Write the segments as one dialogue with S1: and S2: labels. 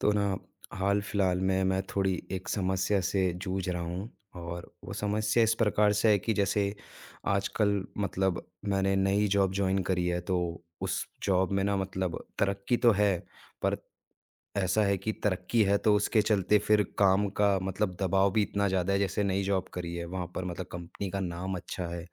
S1: तो ना, हाल-फिलहाल में मैं थोड़ी एक समस्या से जूझ रहा हूँ। और वो समस्या इस प्रकार से है कि जैसे आजकल मतलब मैंने नई जॉब जॉइन करी है, तो उस जॉब में ना मतलब तरक्की तो है, पर ऐसा है कि तरक्की है तो उसके चलते फिर काम का मतलब दबाव भी इतना ज़्यादा है। जैसे नई जॉब करी है, वहाँ पर मतलब कंपनी का नाम अच्छा है।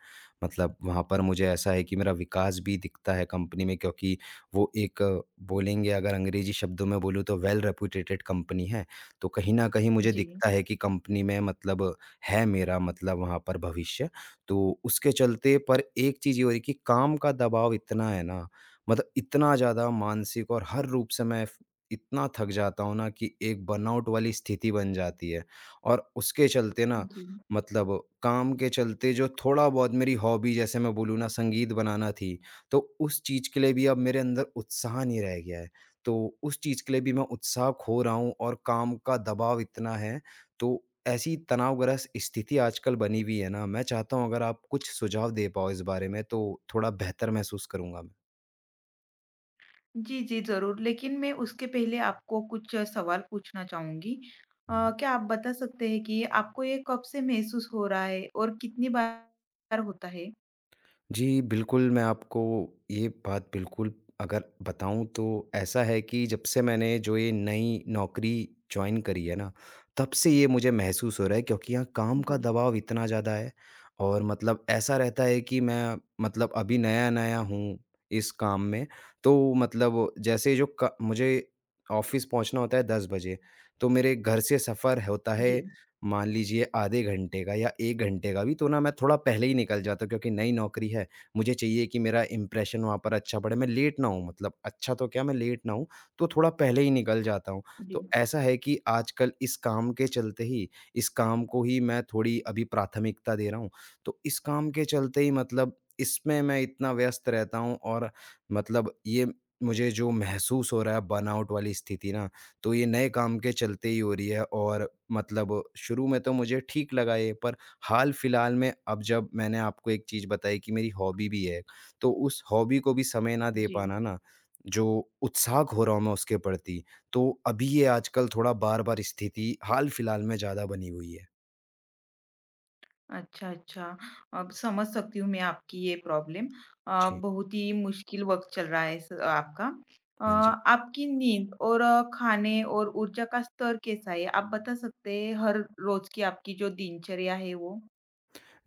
S1: मतलब वहाँ पर मुझे ऐसा है कि मेरा विकास भी दिखता है कंपनी में, क्योंकि वो एक बोलेंगे, अगर अंग्रेज़ी शब्दों में बोलूँ तो वेल रेप्यूटेटेड कंपनी है। तो कहीं न कहीं मुझे
S2: जी,
S1: दिखता है कि कंपनी में मतलब है मेरा, मतलब वहाँ पर भविष्य। तो उसके चलते पर एक चीज़ ये हो रही है कि काम का दबाव इतना है ना, मतलब इतना ज़्यादा मानसिक और हर रूप से मैं इतना थक जाता हूँ ना कि एक बर्नआउट वाली स्थिति बन जाती है। और उसके चलते ना
S2: जी।
S1: मतलब काम के चलते जो थोड़ा बहुत मेरी हॉबी, जैसे मैं बोलूँ ना, संगीत बनाना थी, तो उस चीज़ के लिए भी अब मेरे अंदर उत्साह नहीं रह गया है। तो उस चीज़ के लिए भी मैं उत्साह खो रहा हूँ और काम का दबाव इतना है, तो ऐसी तनावग्रस्त स्थिति आजकल बनी हुई है ना, मैं चाहता हूँ अगर आप कुछ सुझाव दे पाओ इस बारे में तो थोड़ा बेहतर महसूस करूँगा मैं।
S2: जी, जी, ज़रूर। लेकिन मैं उसके पहले आपको कुछ सवाल पूछना चाहूँगी। अ,
S1: हुँ।
S2: क्या आप बता सकते हैं कि आपको ये कब से महसूस हो रहा है और कितनी बार होता है?
S1: जी, बिल्कुल, मैं आपको ये बात बिल्कुल अगर बताऊँ तो ऐसा है कि जब से मैंने जो ये नई नौकरी जॉइन करी है ना, तब से ये मुझे महसूस हो रहा है, क्योंकि यहाँ काम
S2: जी,
S1: का दबाव इतना ज़्यादा है और मतलब ऐसा रहता है कि मैं मतलब अभी नया-नया हूँ इस काम में। तो मतलब जैसे जो क मुझे ऑफ़िस पहुँचना होता है 10 बजे, तो मेरे घर से सफ़र होता है,
S2: जी,
S1: मान लीजिए आधे घंटे का या 1 घंटे का भी, तो ना मैं थोड़ा पहले ही निकल जाता हूँ, क्योंकि नई नौकरी है। मुझे चाहिए कि मेरा इम्प्रेशन वहाँ पर अच्छा पड़े, मैं लेट ना हूँ, मतलब अच्छा तो क्या, मैं लेट ना हूँ, तो थोड़ा पहले ही निकल जाता हूँ।
S2: जी,
S1: तो ऐसा है कि आजकल इस काम के चलते ही इस काम को ही मैं थोड़ी अभी प्राथमिकता दे रहा हूँ। तो इस काम के चलते ही मतलब इसमें मैं इतना व्यस्त रहता हूँ, और मतलब ये मुझे जो महसूस हो रहा है बर्नआउट वाली स्थिति ना, तो ये नए काम के चलते ही हो रही है। और मतलब शुरू में तो मुझे ठीक लगा ये, पर हाल-फिलहाल में अब जब मैंने आपको एक चीज़ बताई कि मेरी हॉबी भी है, तो उस हॉबी को भी समय ना दे
S2: जी।
S1: पाना ना, जो उत्साह खो रहा हूँ मैं उसके प्रति, तो अभी ये आजकल थोड़ा बार-बार स्थिति हाल-फिलहाल में ज़्यादा बनी हुई है।
S2: अच्छा, अच्छा। अब समझ सकती हूँ मैं आपकी ये प्रॉब्लम।
S1: जी,
S2: बहुत ही मुश्किल वक़्त चल रहा है स आपका। अ,
S1: हाँ जी।
S2: आपकी नींद और खाने और ऊर्जा का स्तर कैसा है? आप बता सकते हैं हर रोज़ की आपकी जो दिनचर्या है वो?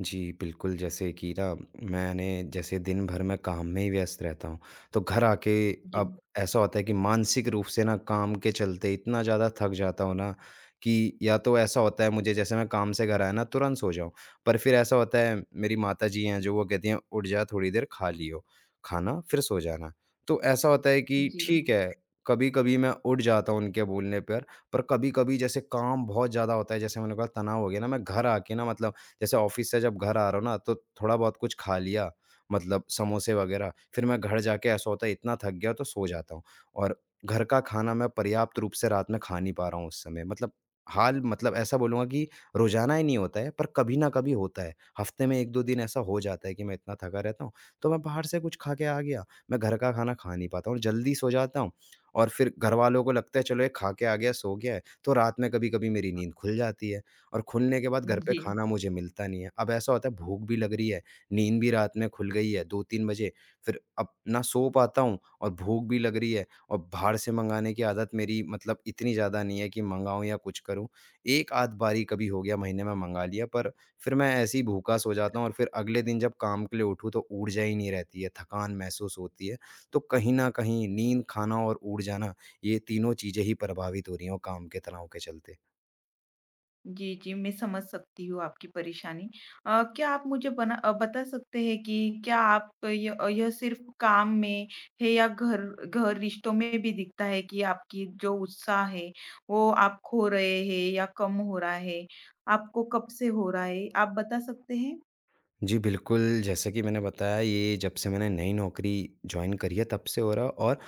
S1: जी, बिल्कुल, जैसे कि ना मैंने जैसे दिन भर मैं काम में ही व्यस्त रहता हूँ, तो घर आके
S2: जी।
S1: अब ऐसा होता है कि मानसिक रूप से ना काम के चलते इतना ज़्यादा थक जाता हूँ ना कि या तो ऐसा होता है मुझे जैसे मैं काम से घर आया ना तुरंत सो जाऊँ, पर फिर ऐसा होता है मेरी माताजी हैं जो वो कहती हैं, "उठ जा, थोड़ी देर खा लियो, खाना फिर सो जाना।" तो ऐसा होता है कि
S2: जी,
S1: ठीक है, कभी-कभी मैं उठ जाता हूँ उनके बोलने पर कभी-कभी जैसे काम बहुत ज़्यादा होता है, जैसे मैंने कहा तनाव हो गया ना, मैं घर आके ना मतलब, जैसे ऑफिस से जब घर आ रहा हूँ ना तो थोड़ा बहुत कुछ खा लिया, मतलब समोसे वगैरह, फिर मैं घर जाके ऐसा होता है इतना थक गया तो सो जाता हूँ, और घर का खाना मैं पर्याप्त रूप से रात में खा नहीं पा रहा हूँ उस समय। मतलब हाल, मतलब ऐसा बोलूँगा कि रोज़ाना ही नहीं होता है, पर कभी ना कभी होता है। हफ्ते में 1-2 दिन ऐसा हो जाता है कि मैं इतना थका रहता हूँ, तो मैं बाहर से कुछ खा के आ गया, मैं घर का खाना खा नहीं पाता हूँ, जल्दी सो जाता हूँ। और फिर घर वालों को लगता है चलो ये खा के आ गया सो गया है, तो रात में कभी-कभी मेरी नींद खुल जाती है। और खुलने के बाद घर पे
S2: जी।
S1: खाना मुझे मिलता नहीं है। अब ऐसा होता है भूख भी लग रही है, नींद भी रात में खुल गई है 2-3 बजे, फिर अब ना सो पाता हूँ और भूख भी लग रही है, और बाहर से मँगाने की आदत मेरी मतलब इतनी ज़्यादा नहीं है कि मँगाऊँ या कुछ करूँ। एक आध बारी कभी हो गया महीने में मँगा लिया, पर फिर मैं ऐसे ही भूखा सो जाता हूँ, और फिर अगले दिन जब काम के लिए उठूँ तो ऊर्जा ही नहीं रहती है, थकान महसूस होती है। तो कहीं न कहीं नींद, खाना और ऊर्जा ना, ये तीनों चीज़ें ही प्रभावित हो रही हैं वो काम के तनाव के चलते।
S2: जी, जी, मैं समझ सकती हूँ आपकी परेशानी। क्या आप मुझे बता सकते हैं कि क्या आप यह सिर्फ़ काम में है या घर घर रिश्तों में भी दिखता है कि आपकी जो उत्साह है, वो आप खो रहे हैं या कम हो रहा है? आपको कब से हो रहा है? आप बता सकते हैं?
S1: जी, बिल्कुल, जैसा कि मैंने बताया ये जब से मैंने नई नौकरी जॉइन करी है तब से हो रहा है। और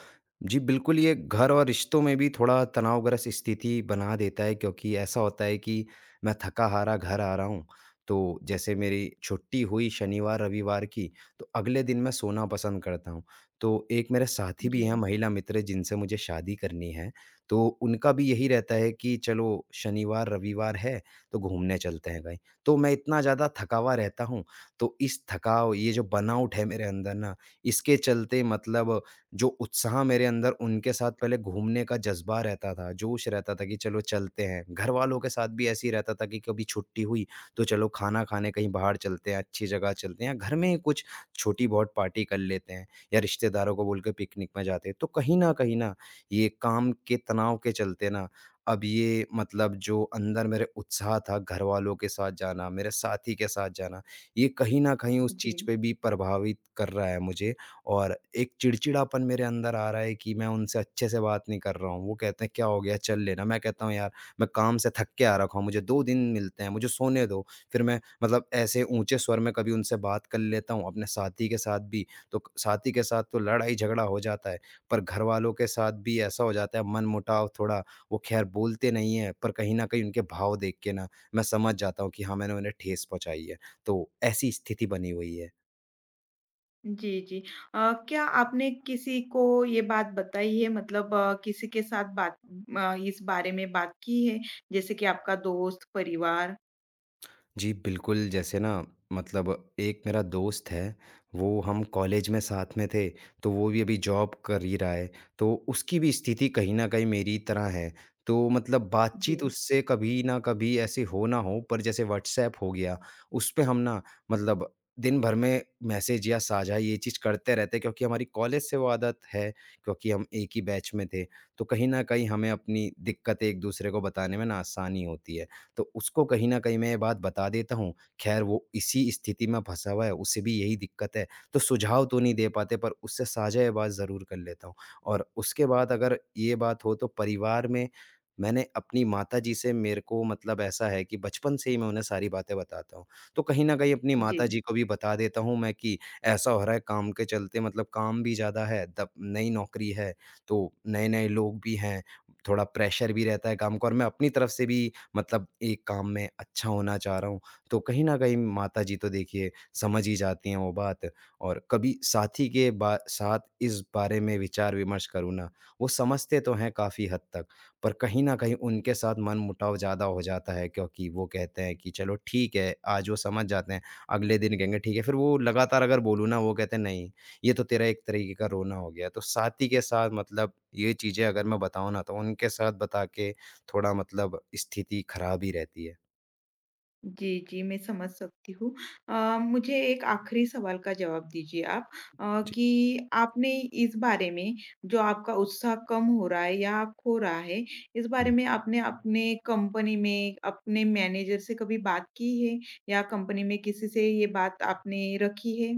S1: जी, बिल्कुल, ये घर और रिश्तों में भी थोड़ा तनावग्रस्त स्थिति बना देता है, क्योंकि ऐसा होता है कि मैं थका-हारा घर आ रहा हूँ, तो जैसे मेरी छुट्टी हुई शनिवार-रविवार की, तो अगले दिन मैं सोना पसंद करता हूँ। तो एक मेरे साथी भी
S2: जी,
S1: हैं, महिला मित्र, जिनसे मुझे शादी करनी है, तो उनका भी यही रहता है कि चलो, शनिवार-रविवार है, तो घूमने चलते हैं कहीं। तो मैं इतना ज़्यादा थका हुआ रहता हूँ, तो इस थकाव ये जो बर्नआउट है मेरे अंदर ना, इसके चलते मतलब जो उत्साह मेरे अंदर उनके साथ पहले घूमने का जज़्बा रहता था, जोश रहता था कि चलो चलते हैं। घरवालों के साथ भी ऐसे ही रहता था कि कभी छुट्टी हुई तो चलो खाना खाने कहीं बाहर चलते हैं, अच्छी जगह चलते हैं, या घर में ही कुछ छोटी-बहुत पार्टी कर लेते हैं, या रिश्तेदारों को बोल के पिकनिक में जाते हैं। तो कहीं न कहीं ना ये काम के तनाव के चलते ना अब ये, मतलब जो अंदर मेरे उत्साह था घरवालों के साथ जाना, मेरे साथी के साथ जाना, ये कहीं न कहीं उस
S2: जी।
S1: चीज़ पे भी प्रभावित कर रहा है मुझे। और एक चिड़चिड़ापन मेरे अंदर आ रहा है कि मैं उनसे अच्छे से बात नहीं कर रहा हूँ। वो कहते हैं, "क्या हो गया? चल लेना।" मैं कहता हूँ, "यार, मैं काम से थक के आ रखा हूँ, मुझे 2 दिन मिलते हैं, मुझे सोने दो।" फिर मैं मतलब ऐसे ऊँचे स्वर में कभी उनसे बात कर लेता हूँ, अपने साथी के साथ भी। तो क साथी के साथ तो लड़ाई-झगड़ा हो जाता है, पर घरवालों के साथ भी ऐसा हो जाता है मनमुटाव थोड़ा। वो ख़ैर बोलते नहीं हैं, पर कहीं न कहीं उनके भाव देख के ना, मैं समझ जाता हूँ कि हाँ, मैंने उन्हें ठेस पहुँचाई है। तो ऐसी स्थिति बनी हुई है।
S2: जी, जी। क्या आपने किसी को ये बात बताई है, मतलब किसी के साथ इस बारे में बात की है? जैसे कि आपका दोस्त, परिवार?
S1: जी, बिल्कुल, जैसे ना मतलब एक मेरा दोस्त है, वो हम कॉलेज में साथ में थे, तो वो भी अभी जॉब कर ही रहा है, तो उसकी भी स्थिति कहीं न कहीं मेरी तरह है। तो मतलब
S2: जी,
S1: बातचीत उससे कभी न कभी ऐसी हो ना हो, पर जैसे व्हाट्सऐप हो गया, उस पे हम ना मतलब दिन भर में मैसेज या साझा ये चीज़ करते रहते हैं, क्योंकि हमारी कॉलेज से वो आदत है, क्योंकि हम एक ही बैच में थे। तो कहीं न कहीं हमें अपनी दिक्कतें एक-दूसरे को बताने में ना आसानी होती है। तो उसको कहीं न कहीं मैं ये बात बता देता हूँ, खैर वो इसी स्थिति में फँसा हुआ है, उसे भी यही दिक्कत है, तो सुझाव तो नहीं दे पाते पर उससे साझा ये बात ज़रूर कर लेता हूँ। और उसके बाद अगर ये बात हो तो परिवार में मैंने अपनी माताजी से मेरे को, मतलब ऐसा है कि बचपन से ही मैं उन्हें सारी बातें बताता हूँ, तो कहीं न कहीं अपनी
S2: जी।
S1: माताजी को भी बता देता हूँ मैं कि ऐसा हो रहा है काम के चलते, मतलब काम भी ज़्यादा है, तब नई नौकरी है, तो नए-नए लोग भी हैं, थोड़ा प्रेशर भी रहता है काम का, और मैं अपनी तरफ से भी मतलब एक काम में अच्छा होना चाह रहा हूँ। तो कहीं न कहीं माताजी तो देखिए समझ ही जाती हैं वो बात। और कभी साथी के बा साथ इस बारे में विचार-विमर्श करूँ ना, वो समझते तो हैं काफ़ी हद तक, पर कहीं न कहीं उनके साथ मनमुटाव ज़्यादा हो जाता है, क्योंकि वो कहते हैं कि चलो ठीक है, आज वो समझ जाते हैं, अगले दिन कहेंगे ठीक है। फिर वो लगातार अगर बोलूँ ना वो कहते हैं नहीं, ये तो तेरा एक तरीके का रोना हो गया। तो साथी के साथ मतलब ये चीज़ें अगर मैं बताऊँ ना तो उनके साथ बता के थोड़ा मतलब स्थिति खराब ही रहती है।
S2: जी, जी, मैं समझ सकती हूँ। मुझे एक आखिरी सवाल का जवाब दीजिए आप,
S1: जी।
S2: कि आपने इस बारे में, जो आपका उत्साह कम हो रहा है या खो रहा है, इस बारे
S1: हुँ।
S2: में आपने अपने कंपनी में अपने मैनेजर से कभी बात की है? या कंपनी में किसी से ये बात आपने रखी है?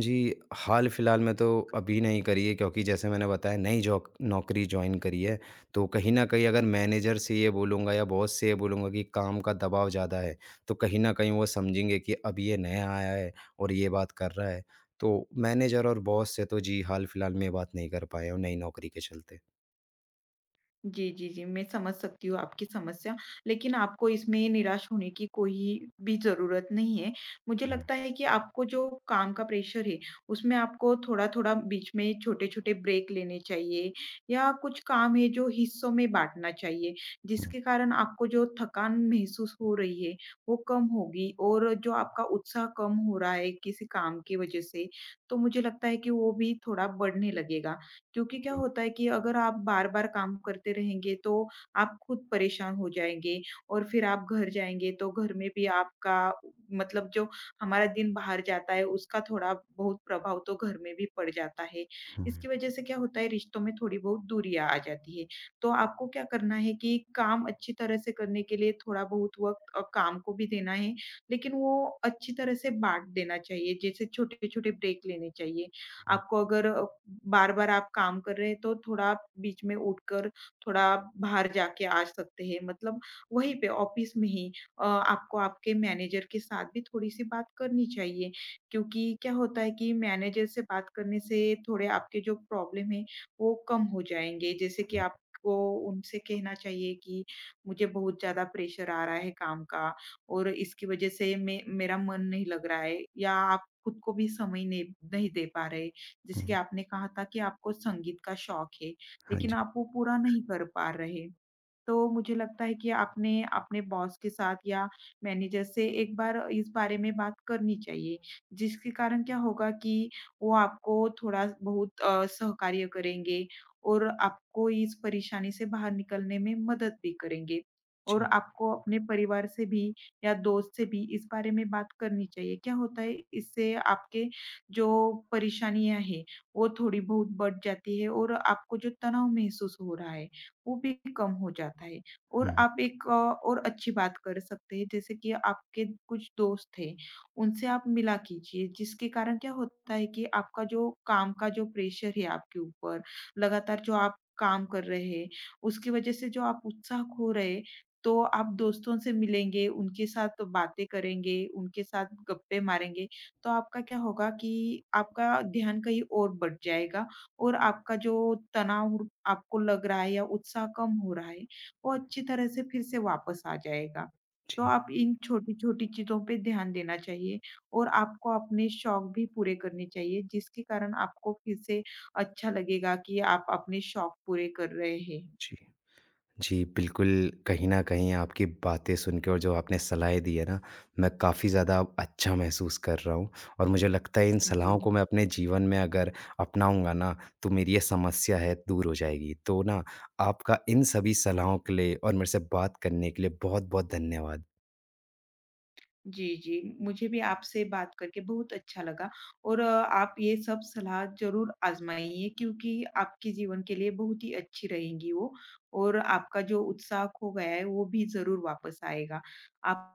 S1: जी, हाल-फिलहाल में तो अभी नहीं करी है, क्योंकि जैसे मैंने बताया नई जॉक नौकरी जॉइन करी है, तो कहीं न कहीं अगर मैनेजर से ये बोलूँगा या बॉस से ये बोलूँगा कि काम का दबाव ज़्यादा है, तो कहीं न कहीं वो समझेंगे कि अब ये नया आया है और ये बात कर रहा है। तो मैनेजर और बॉस से तो जी हाल-फिलहाल में ये बात नहीं कर पाए और नई नौकरी के चलते।
S2: जी, जी, जी। मैं समझ सकती हूँ आपकी समस्या, लेकिन आपको इसमें निराश होने की कोई भी ज़रूरत नहीं है। मुझे
S1: हुँ,
S2: लगता है कि आपको जो काम का प्रेशर है, उसमें आपको थोड़ा-थोड़ा बीच में छोटे-छोटे ब्रेक लेने चाहिए या कुछ काम है जो हिस्सों में बाँटना चाहिए,
S1: हुँ,
S2: जिसके कारण आपको जो थकान महसूस हो रही है, वो कम होगी, और जो आपका उत्साह कम हो रहा है किसी काम की वजह से, तो मुझे लगता है कि वो भी थोड़ा बढ़ने लगेगा। क्योंकि क्या
S1: हुँ,
S2: होता है कि अगर आप बार-बार काम करते रहेंगे, तो आप खुद परेशान हो जाएँगे और फिर आप घर जाएँगे, तो घर में भी आपका, मतलब जो हमारा दिन बाहर जाता है, उसका थोड़ा-बहुत प्रभाव तो घर में भी पड़ जाता है।
S1: हुँ,
S2: इसकी वजह से क्या होता है, रिश्तों में थोड़ी-बहुत दूरियाँ आ जाती है। तो आपको क्या करना है कि काम अच्छी तरह से करने के लिए थोड़ा-बहुत वक़्त काम को भी देना है, लेकिन वो अच्छी तरह से बाँट देना चाहिए, जैसे छोटे-छोटे ब्रेक लेने चाहिए। आपको अगर, बार-बार आप काम कर रहे हैं, तो थोड़ा आप बीच में उठकर थोड़ा आप बाहर जाके आ सकते हैं। मतलब वहीं पे ऑफ़िस में ही, आपको आपके मैनेजर के साथ भी थोड़ी-सी बात करनी चाहिए, क्योंकि क्या होता है कि मैनेजर से बात करने से थोड़े आपके जो प्रॉब्लम है, वो कम हो जाएँगे। जैसे कि आपको उनसे कहना चाहिए कि मुझे बहुत ज़्यादा प्रेशर आ रहा है काम का, और इसकी वज़ह से मे मेरा मन नहीं लग रहा है या आप खुद को भी समय नहीं नहीं दे पा रहे। जैसे कि
S1: हुँ।
S2: आपने कहा था कि आपको संगीत का शौक है,
S1: हाँ
S2: लेकिन
S1: जी।
S2: आप वो पूरा नहीं कर पा रहे। तो मुझे लगता है कि आपने अपने बॉस के साथ या मैनेजर से एक बार इस बारे में बात करनी चाहिए, जिसके कारण क्या होगा कि वो आपको थोड़ा बहुत सहकार्य करेंगे और आपको इस परेशानी से बाहर निकलने में मदद भी करेंगे। और
S1: जी।
S2: आपको अपने परिवार से भी या दोस्त से भी इस बारे में बात करनी चाहिए। क्या होता है, इससे आपके जो परेशानियाँ हैं, वो थोड़ी बहुत बढ़ जाती है और आपको जो तनाव महसूस हो रहा है, वो भी कम हो जाता है। और
S1: हुँ।
S2: आप एक, और अच्छी बात कर सकते हैं, जैसे कि आपके कुछ दोस्त थे, उनसे आप मिला कीजिए, जिसके कारण क्या होता है कि आपका जो काम का जो प्रेशर है आपके ऊपर, लगातार जो आप काम कर रहे हैं, उसकी वज़ह से जो आप उत्साह खो रहे, तो आप दोस्तों से मिलेंगे, उनके साथ बातें करेंगे, उनके साथ गप्पे मारेंगे, तो आपका क्या होगा कि आपका ध्यान कहीं और बँट जाएगा और आपका जो तनाव आपको लग रहा है या उत्साह कम हो रहा है, वो अच्छी तरह से फिर से वापस आ जाएगा। तो
S1: जी,
S2: आप इन छोटी-छोटी चीज़ों पे ध्यान देना चाहिए और आपको अपने शौक भी पूरे करने चाहिए, जिसके कारण आपको फिर से अच्छा लगेगा कि आप अपने शौक पूरे कर रहे हैं।
S1: जी। जी, बिल्कुल, कहीं न कहीं आपकी बातें सुन के और जो आपने सलाहें दी है ना, मैं काफ़ी ज़्यादा अब अच्छा महसूस कर रहा हूँ, और मुझे लगता है इन
S2: जी।
S1: सलाहों को मैं अपने जीवन में अगर अपनाऊँगा ना, तो मेरी ये समस्या है, दूर हो जाएगी। तो ना, आपका इन सभी सलाहों के लिए और मेरे से बात करने के लिए बहुत-बहुत धन्यवाद।
S2: जी, जी। मुझे भी आपसे बात करके बहुत अच्छा लगा और, आप ये सब सलाह ज़रूर आज़माइए, क्योंकि आपके जीवन के लिए बहुत ही अच्छी रहेंगी वो, और आपका जो उत्साह खो गया है, वो भी ज़रूर वापस आएगा। आप